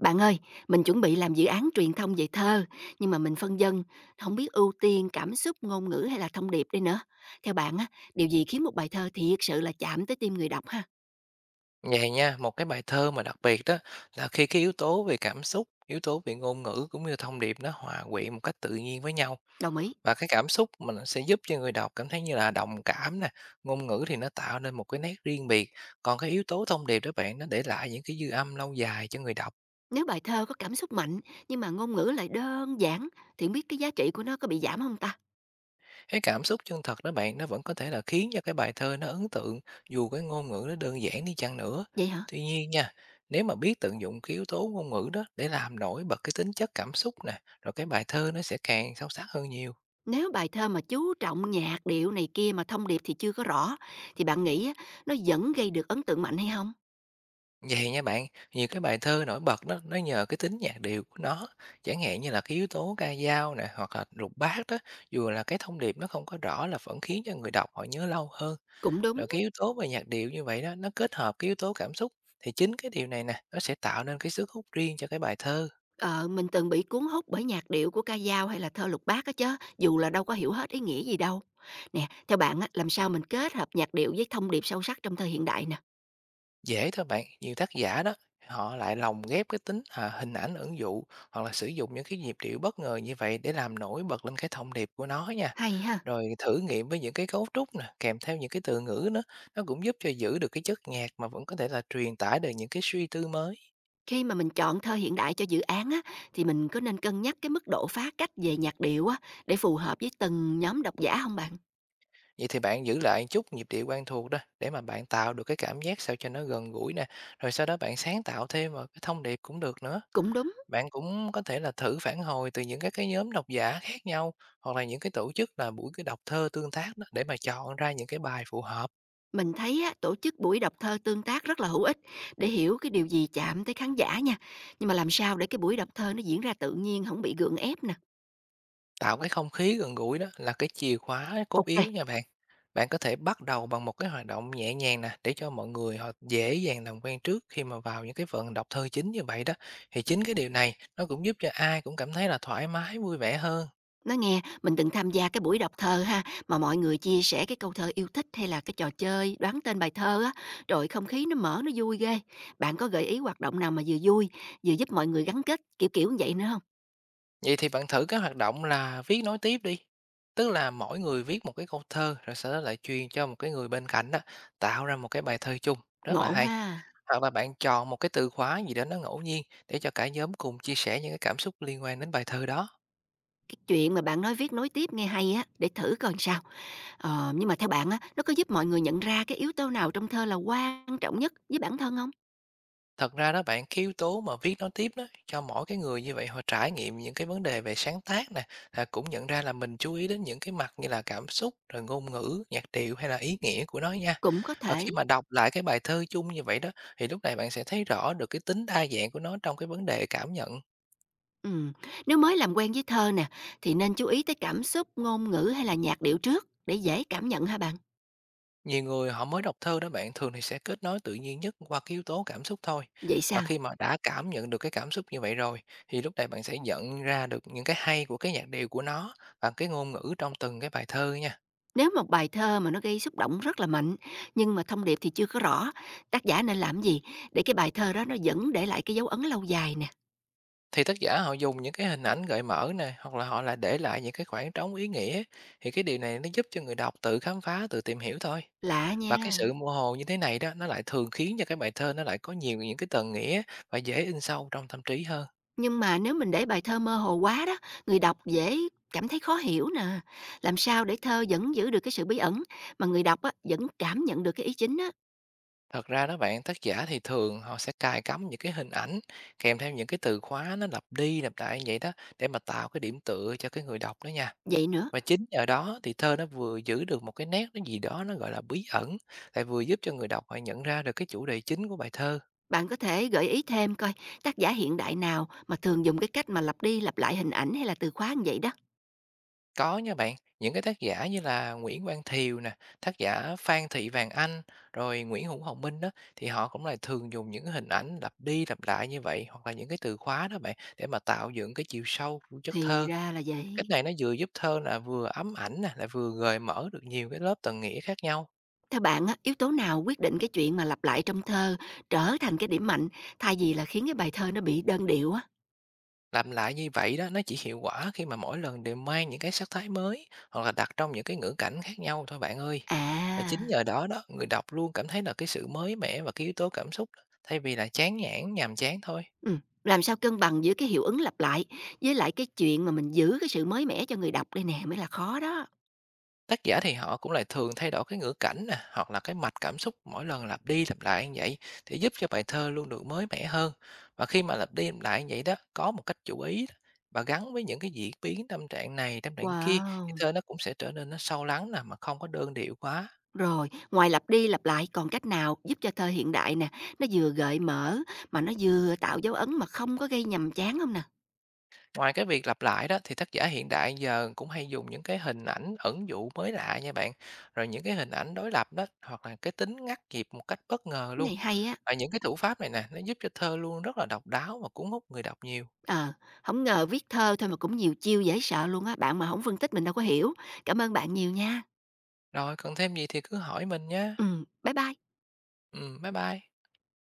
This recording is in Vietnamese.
Bạn ơi, mình chuẩn bị làm dự án truyền thông về thơ, nhưng mà mình phân vân không biết ưu tiên cảm xúc, ngôn ngữ hay là thông điệp đây nữa. Theo bạn á, điều gì khiến một bài thơ thiệt sự là chạm tới tim người đọc ha? Vậy nha, một bài thơ mà đặc biệt đó là khi yếu tố về cảm xúc, yếu tố về ngôn ngữ cũng như thông điệp nó hòa quyện một cách tự nhiên với nhau, Đồng ý. và cảm xúc mình sẽ giúp cho người đọc cảm thấy như là đồng cảm nè, ngôn ngữ thì nó tạo nên một nét riêng biệt, còn yếu tố thông điệp đó bạn, nó để lại những dư âm lâu dài cho người đọc. Nếu bài thơ có cảm xúc mạnh nhưng mà ngôn ngữ lại đơn giản thì không biết cái giá trị của nó có bị giảm không ta? Cảm xúc chân thật đó bạn, nó vẫn có thể là khiến cho bài thơ nó ấn tượng dù ngôn ngữ nó đơn giản đi chăng nữa. Vậy hả? Tuy nhiên nha, nếu mà biết tận dụng yếu tố ngôn ngữ đó để làm nổi bật tính chất cảm xúc nè, rồi bài thơ nó sẽ càng sâu sắc hơn nhiều. Nếu bài thơ mà chú trọng nhạc điệu này kia mà thông điệp thì chưa có rõ thì bạn nghĩ á, nó vẫn gây được ấn tượng mạnh hay không? Vậy nha bạn, nhiều bài thơ nổi bật đó nó nhờ tính nhạc điệu của nó, chẳng hạn như là yếu tố ca dao nè hoặc là lục bát đó, dù là thông điệp nó không có rõ là vẫn khiến cho người đọc họ nhớ lâu hơn. Cũng đúng. Rồi yếu tố về nhạc điệu như vậy đó, nó kết hợp yếu tố cảm xúc, thì chính điều này nè, nó sẽ tạo nên sức hút riêng cho bài thơ. Ờ, mình từng bị cuốn hút bởi nhạc điệu của ca dao hay là thơ lục bát á chứ? Dù là đâu có hiểu hết ý nghĩa gì đâu. Nè, theo bạn á, làm sao mình kết hợp nhạc điệu với thông điệp sâu sắc trong thơ hiện đại nè? Dễ thôi bạn, nhiều tác giả đó, họ lại lồng ghép hình ảnh ẩn dụ hoặc là sử dụng những nhịp điệu bất ngờ như vậy để làm nổi bật lên thông điệp của nó nha. Hay ha. Rồi thử nghiệm với những cấu trúc nè, kèm theo những từ ngữ nữa, nó cũng giúp cho giữ được chất nhạc mà vẫn có thể là truyền tải được những suy tư mới. Khi mà mình chọn thơ hiện đại cho dự án á, thì mình có nên cân nhắc cái mức độ phá cách về nhạc điệu á, để phù hợp với từng nhóm độc giả không bạn? Vậy thì bạn giữ lại chút nhịp điệu quen thuộc đó để mà bạn tạo được cảm giác sao cho nó gần gũi nè, rồi sau đó bạn sáng tạo thêm vào thông điệp cũng được nữa. Cũng đúng. Bạn cũng có thể là thử phản hồi từ những cái nhóm độc giả khác nhau hoặc là những tổ chức là buổi đọc thơ tương tác đó để mà chọn ra những bài phù hợp. Mình thấy á, tổ chức buổi đọc thơ tương tác rất là hữu ích để hiểu cái điều gì chạm tới khán giả nha. Nhưng mà làm sao để cái buổi đọc thơ nó diễn ra tự nhiên, không bị gượng ép nè. Tạo không khí gần gũi đó là chìa khóa cốt Ok. yếu nha bạn. Bạn có thể bắt đầu bằng một hoạt động nhẹ nhàng nè để cho mọi người họ dễ dàng làm quen trước khi mà vào những vận đọc thơ chính như vậy đó. Thì chính điều này nó cũng giúp cho ai cũng cảm thấy là thoải mái, vui vẻ hơn. Nói nghe, mình từng tham gia cái buổi đọc thơ ha, mà mọi người chia sẻ cái câu thơ yêu thích hay là cái trò chơi đoán tên bài thơ á, rồi không khí nó mở nó vui ghê. Bạn có gợi ý hoạt động nào mà vừa vui, vừa giúp mọi người gắn kết kiểu kiểu như vậy nữa không? Vậy thì bạn thử hoạt động là viết nối tiếp đi. Tức là mỗi người viết một câu thơ rồi sau đó lại truyền cho một người bên cạnh đó, tạo ra một bài thơ chung, rất là Ngộ hay. ha. Hoặc là bạn chọn một từ khóa gì đó nó ngẫu nhiên để cho cả nhóm cùng chia sẻ những cảm xúc liên quan đến bài thơ đó. Cái chuyện mà bạn nói viết nối tiếp nghe hay á, để thử coi làm sao. Ờ, nhưng mà theo bạn á, nó có giúp mọi người nhận ra cái yếu tố nào trong thơ là quan trọng nhất với bản thân không? Thật ra đó bạn, yếu tố mà viết nói tiếp đó, cho mỗi người như vậy họ trải nghiệm những vấn đề về sáng tác nè, là cũng nhận ra là mình chú ý đến những mặt như là cảm xúc, rồi ngôn ngữ, nhạc điệu hay là ý nghĩa của nó nha. Cũng có Và thể. khi mà đọc lại bài thơ chung như vậy đó, thì lúc này bạn sẽ thấy rõ được tính đa dạng của nó trong vấn đề cảm nhận. Ừ. Nếu mới làm quen với thơ nè, thì nên chú ý tới cảm xúc, ngôn ngữ hay là nhạc điệu trước để dễ cảm nhận hả bạn? Nhiều người họ mới đọc thơ đó bạn, thường thì sẽ kết nối tự nhiên nhất qua yếu tố cảm xúc thôi. Vậy Và sao? khi mà đã cảm nhận được cảm xúc như vậy rồi thì lúc này bạn sẽ nhận ra được những hay của nhạc điệu của nó và ngôn ngữ trong từng bài thơ nha. Nếu một bài thơ mà nó gây xúc động rất là mạnh, nhưng mà thông điệp thì chưa có rõ, tác giả nên làm gì để cái bài thơ đó nó vẫn để lại cái dấu ấn lâu dài nè? Thì tác giả họ dùng những hình ảnh gợi mở nè hoặc là họ là để lại những khoảng trống ý nghĩa, thì điều này nó giúp cho người đọc tự khám phá, tự tìm hiểu thôi. Lạ Và nha. sự mơ hồ như thế này đó nó lại thường khiến cho bài thơ nó lại có nhiều những tầng nghĩa và dễ in sâu trong tâm trí hơn. Nhưng mà nếu mình để bài thơ mơ hồ quá đó, người đọc dễ cảm thấy khó hiểu nè. Làm sao để thơ vẫn giữ được cái sự bí ẩn mà người đọc á, vẫn cảm nhận được cái ý chính á? Thật ra đó bạn, tác giả thì thường họ sẽ cài cắm những hình ảnh kèm theo những từ khóa nó lặp đi lặp lại vậy đó để mà tạo điểm tựa cho người đọc đó nha. Vậy nữa, Và chính nhờ đó thì thơ nó vừa giữ được một nét, nó gì đó nó gọi là bí ẩn, lại vừa giúp cho người đọc họ nhận ra được chủ đề chính của bài thơ. bạn có thể gợi ý thêm coi tác giả hiện đại nào mà thường dùng cái cách mà lặp đi lặp lại hình ảnh hay là từ khóa như vậy đó. Có nha bạn, những tác giả như là Nguyễn Quang Thiều nè, tác giả Phan Thị Vàng Anh, rồi Nguyễn Hữu Hồng Minh đó, thì họ cũng lại thường dùng những hình ảnh lặp đi lặp lại như vậy hoặc là những từ khóa đó bạn, để mà tạo dựng chiều sâu của chất Thì thơ. ra là vậy. Cách này nó vừa giúp thơ là vừa ấm ảnh nè, lại vừa gợi mở được nhiều lớp tầng nghĩa khác nhau. Theo bạn á, yếu tố nào quyết định cái chuyện mà lặp lại trong thơ trở thành cái điểm mạnh, thay vì là khiến cái bài thơ nó bị đơn điệu á? Làm lại như vậy đó, nó chỉ hiệu quả khi mà mỗi lần đều mang những sắc thái mới hoặc là đặt trong những ngữ cảnh khác nhau thôi bạn ơi. Và chính À, nhờ đó đó, người đọc luôn cảm thấy là sự mới mẻ và yếu tố cảm xúc, thay vì là nhàm chán thôi. ừm, làm sao cân bằng giữa cái hiệu ứng lặp lại với lại cái chuyện mà mình giữ cái sự mới mẻ cho người đọc đây nè mới là khó đó. Tác giả thì họ cũng lại thường thay đổi ngữ cảnh nè, hoặc là mạch cảm xúc mỗi lần lặp đi lặp lại như vậy thì giúp cho bài thơ luôn được mới mẻ hơn. Và khi mà lặp đi lặp lại như vậy đó, có một cách chú ý đó, và gắn với những diễn biến tâm trạng này, tâm trạng kia, thì Wow! thơ nó cũng sẽ trở nên nó sâu lắng nè mà không có đơn điệu quá. Rồi, ngoài lặp đi lặp lại còn cách nào giúp cho thơ hiện đại nè, nó vừa gợi mở mà nó vừa tạo dấu ấn mà không có gây nhàm chán không nè? Ngoài việc lặp lại đó thì tác giả hiện đại giờ cũng hay dùng những hình ảnh ẩn dụ mới lạ nha bạn. Rồi những hình ảnh đối lập đó hoặc là tính ngắt nhịp một cách bất ngờ Cái luôn. này hay á. Và những thủ pháp này nè, nó giúp cho thơ luôn rất là độc đáo và cuốn hút người đọc nhiều. Ờ, hổng ngờ viết thơ thôi mà cũng nhiều chiêu dễ sợ luôn á, bạn mà không phân tích mình đâu có hiểu. Cảm ơn bạn nhiều nha. Rồi cần thêm gì thì cứ hỏi mình nhé. Bye bye. Ừ, bye bye.